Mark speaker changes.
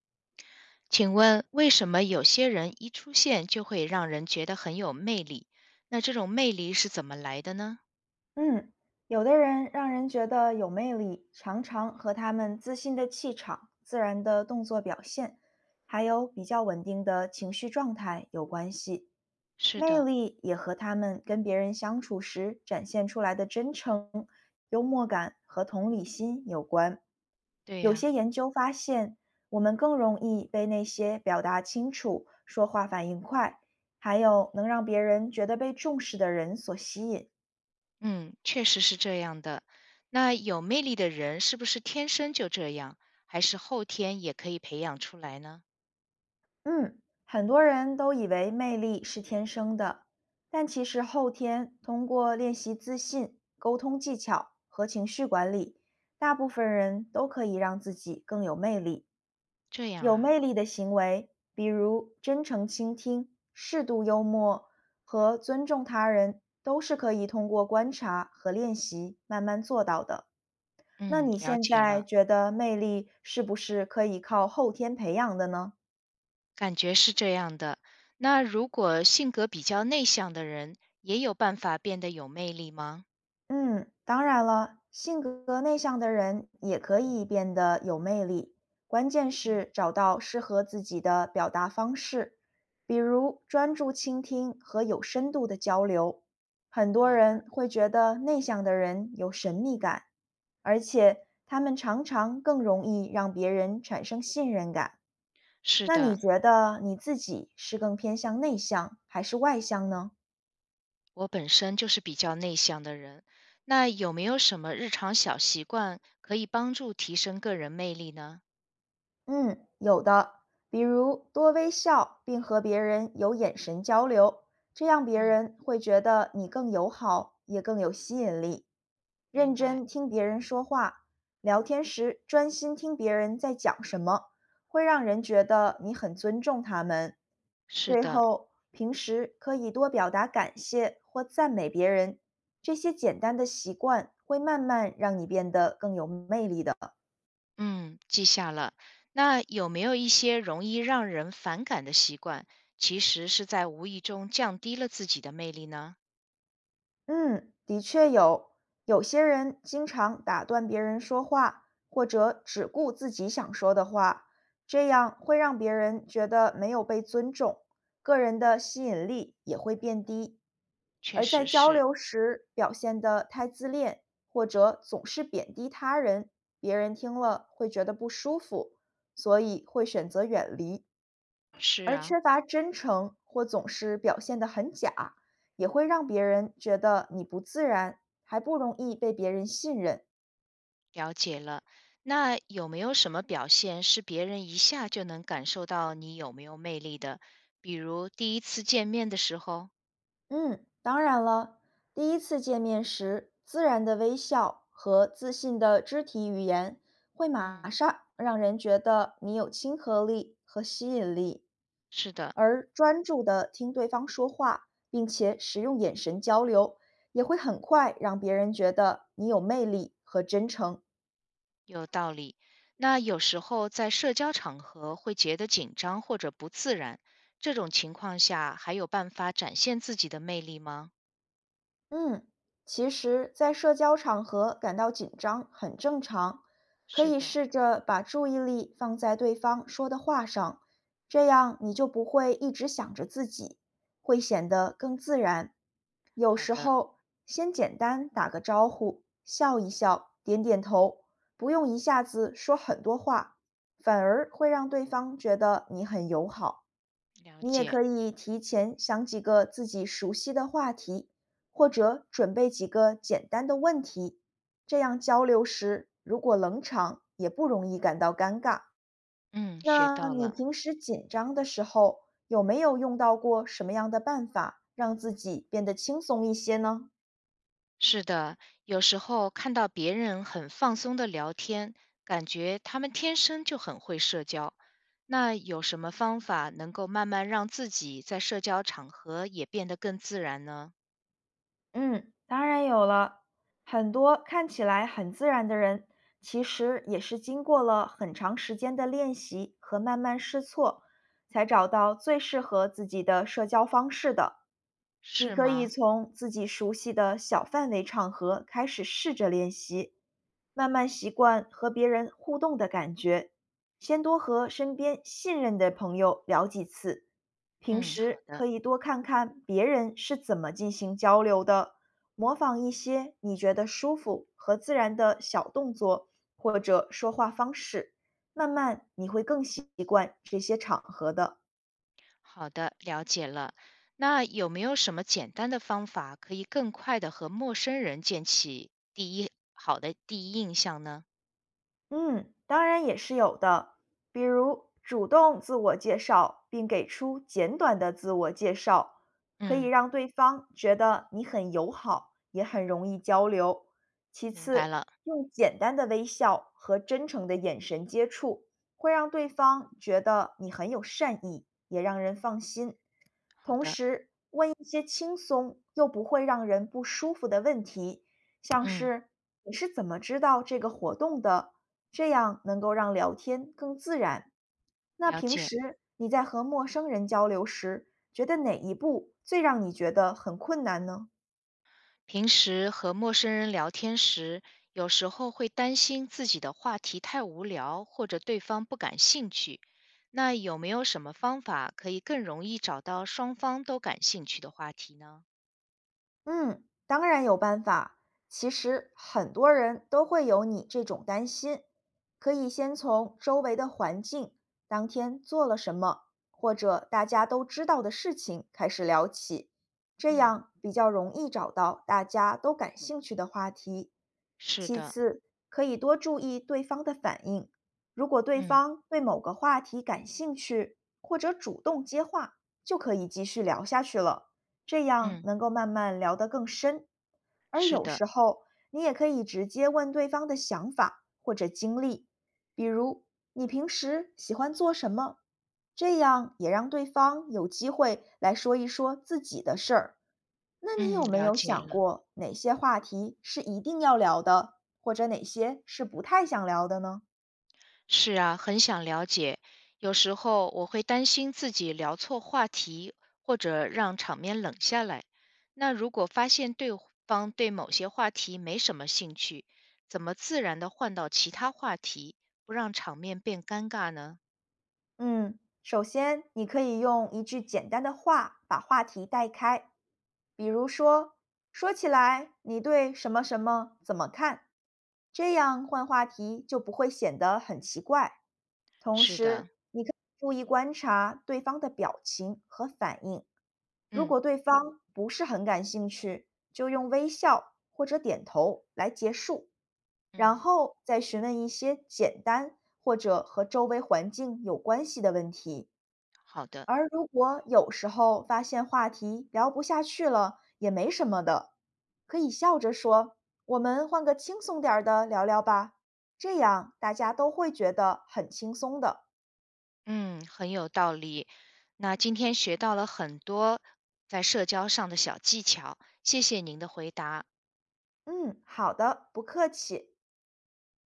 Speaker 1: 请问为什么有些人一出现就会让人觉得很有魅力？那这种魅力是怎么来的呢？
Speaker 2: 嗯，有的人让人觉得有魅力，常常和他们自信的气场、自然的动作表现，还有比较稳定的情绪状态有关系。
Speaker 1: 是
Speaker 2: 魅
Speaker 1: 的，
Speaker 2: 力也和他们跟别人相处时展现出来的真诚、幽默感和同理心有关。
Speaker 1: 对
Speaker 2: 有
Speaker 1: 呀，
Speaker 2: 些研究发现，我们更容易被那些表达清楚、说话反应快，还有能让别人觉得被重视的人所吸引。
Speaker 1: 嗯，确实是这样的。那有魅力的人是不是天生就这样，还是后天也可以培养出来呢？
Speaker 2: 嗯，很多人都以为魅力是天生的，但其实后天通过练习自信、沟通技巧和情绪管理，大部分人都可以让自己更有魅力。
Speaker 1: 这样
Speaker 2: 有
Speaker 1: 啊，
Speaker 2: 魅力的行为，比如真诚倾听、适度幽默和尊重他人，都是可以通过观察和练习慢慢做到的。那
Speaker 1: 嗯，
Speaker 2: 你
Speaker 1: 了
Speaker 2: 现
Speaker 1: 解
Speaker 2: 在
Speaker 1: 了，
Speaker 2: 觉得魅力是不是可以靠后天培养的呢？
Speaker 1: 感觉是这样的。那如果性格比较内向的人，也有办法变得有魅力吗？
Speaker 2: 嗯，当然了，性格内向的人也可以变得有魅力，关键
Speaker 1: 嗯，
Speaker 2: 是找到适合自己的表达方式，比如专注倾听和有深度的交流。很多
Speaker 1: 好的，
Speaker 2: 人会觉得内向的人有神秘感，而且他们常常更容易让别人产生信任感。
Speaker 1: 是
Speaker 2: 那你
Speaker 1: 的。
Speaker 2: 觉得你自己是更偏向内向还是外向呢？
Speaker 1: 我本身就是比较内向的人，那有没有什么日常小习惯可以帮助提升个人魅力呢？
Speaker 2: 嗯，有的，比如多微笑，并和别人有眼神交流，这样别
Speaker 1: 嗯，
Speaker 2: 人会觉得你更友好，也更有吸引力。认
Speaker 1: 明白，
Speaker 2: 真听别人说话，聊天时专心听别人在讲什么，会让人觉得你很尊重他们。
Speaker 1: 是
Speaker 2: 最
Speaker 1: 的，
Speaker 2: 后，平时可以多表达感谢或赞美别人，这些简单的习惯会慢慢让你变得更有魅力的。
Speaker 1: 嗯，记下了。那有没有一些容易让人反感的习惯，其实是在无意中降低了自己的魅力呢？
Speaker 2: 嗯，的确有。有些人经常打断别人说话，或者只顾自己想说的话，这样会让别人觉得没有被尊重，个人的吸引力也会变低。
Speaker 1: 确
Speaker 2: 而在
Speaker 1: 实
Speaker 2: 交
Speaker 1: 是，
Speaker 2: 流时表现得太自恋，或者总是贬低他人，别人听了会觉得不舒服，所以会选择远离。
Speaker 1: 是
Speaker 2: 而
Speaker 1: 啊，
Speaker 2: 缺乏真诚或总是表现得很假，也会让别人觉得你不自然，还不容易被别人信任。
Speaker 1: 了解了。那有没有什么表现是别人一下就能感受到你有没有魅力的？比如第一次见面的时候，
Speaker 2: 嗯，当然了，第一次见面时，自然的微笑和自信的肢体语言会马
Speaker 1: 嗯。
Speaker 2: 上让人觉得你有亲和力和吸引力，
Speaker 1: 是的，
Speaker 2: 而专注地听对方说话，并且使用眼神交流，也会很快让别人觉得你有魅力和真诚。
Speaker 1: 有道理。那有时候在社交场合会觉得紧张或者不自然，这种情况下还有办法展现自己的魅力吗？
Speaker 2: 嗯，其实，在社交场合感到紧张很正常，可
Speaker 1: 是
Speaker 2: 以
Speaker 1: 的，
Speaker 2: 试着把注意力放在对方说的话上，这样你就不会一直想着自己，会显得更自然。有
Speaker 1: 好
Speaker 2: 时
Speaker 1: 的，
Speaker 2: 候，先简单打个招呼，笑一笑，点点头，不用一下子说很多话，反而会让对方觉得你很友好。
Speaker 1: 了
Speaker 2: 你也
Speaker 1: 解。
Speaker 2: 可以提前想几个自己熟悉的话题，或者准备几个简单的问题，这样交流时如果冷场，也不容易感到尴尬。
Speaker 1: 嗯，学
Speaker 2: 那
Speaker 1: 到
Speaker 2: 你
Speaker 1: 了。
Speaker 2: 平时紧张的时候，有没有用到过什么样的办法让自己变得轻松一些呢？
Speaker 1: 是的，有时候看到别人很放松的聊天，感觉他们天生就很会社交。那有什么方法能够慢慢让自己在社交场合也变得更自然呢？
Speaker 2: 嗯，当然有了。很多看起来很自然的人，其实也是经过了很长时间的练习和慢慢试错，才找到最适合自己的社交方式的。你
Speaker 1: 是
Speaker 2: 可以
Speaker 1: 吗？
Speaker 2: 从自己熟悉的小范围场合开始试着练习，慢慢习惯和别人互动的感觉。先多和身边信任的朋友聊几次，平
Speaker 1: 嗯，好
Speaker 2: 时
Speaker 1: 的。
Speaker 2: 可以多看看别人是怎么进行交流的，模仿一些你觉得舒服和自然的小动作或者说话方式，慢慢你会更习惯这些场合的。
Speaker 1: 好的，了解了。那有没有什么简单的方法可以更快的和陌生人建起第一好的第一印象呢？
Speaker 2: 嗯，当然也是有的，比如主动自我介绍，并给出简短的自我介绍，可以
Speaker 1: 嗯，
Speaker 2: 让对方觉得你很友好，也很容易交流。其
Speaker 1: 明白
Speaker 2: 次，
Speaker 1: 了。
Speaker 2: 用简单的微笑和真诚的眼神接触，会让对方觉得你很有善意，也让人放心。
Speaker 1: 好
Speaker 2: 同
Speaker 1: 的，
Speaker 2: 时，问一些轻松又不会让人不舒服的问题，像
Speaker 1: 嗯，
Speaker 2: 是你是怎么知道这个活动的？这样能够让聊天更自然。那
Speaker 1: 了
Speaker 2: 平
Speaker 1: 解。
Speaker 2: 时你在和陌生人交流时，觉得哪一步最让你觉得很困难呢？
Speaker 1: 平时和陌生人聊天时，有时候会担心自己的话题太无聊或者对方不感兴趣。那有没有什么方法可以更容易找到双方都感兴趣的话题呢？
Speaker 2: 嗯，当然有办法。其实很多人都会有你这种担心，可以先从周围的环境、当天做了什么，或者大家都知道的事情开始聊起，这
Speaker 1: 嗯，
Speaker 2: 样比较容易找到大家都感兴趣的话题。
Speaker 1: 是
Speaker 2: 其
Speaker 1: 的，
Speaker 2: 次，可以多注意对方的反应，如果对
Speaker 1: 嗯
Speaker 2: 方对某个话题感兴趣，或者主动接话，就可以继续聊下去了。这样
Speaker 1: 嗯，
Speaker 2: 能够慢慢聊得更深。而
Speaker 1: 是
Speaker 2: 有
Speaker 1: 的，
Speaker 2: 时候，你也可以直接问对方的想法或者经历，比如你平时喜欢做什么，这样也让对方有机会来说一说自己的事儿。那你
Speaker 1: 嗯，
Speaker 2: 有没
Speaker 1: 了
Speaker 2: 有
Speaker 1: 解
Speaker 2: 想
Speaker 1: 了。
Speaker 2: 过哪些话题是一定要聊的，或者哪些是不太想聊的呢？
Speaker 1: 是啊，很想了解。有时候我会担心自己聊错话题，或者让场面冷下来。那如果发现对方对某些话题没什么兴趣，怎么自然的换到其他话题，不让场面变尴尬呢？
Speaker 2: 嗯，首先你可以用一句简单的话把话题带开，比如说，说起来你对什么什么怎么看，这样换话题就不会显得很奇怪。同
Speaker 1: 是的，
Speaker 2: 时，你可以注意观察对方的表情和反应，如
Speaker 1: 嗯
Speaker 2: 果对方不是很感兴趣，就用微笑或者点头来结束。然
Speaker 1: 嗯，
Speaker 2: 后再询问一些简单或者和周围环境有关系的问题。
Speaker 1: 好的，
Speaker 2: 而如果有时候发现话题聊不下去了，也没什么的，可以笑着说：“我们换个轻松点儿的聊聊吧。”这样大家都会觉得很轻松的。
Speaker 1: 嗯，很有道理。那今天学到了很多在社交上的小技巧，谢谢您的回答。
Speaker 2: 嗯，好的，不客气。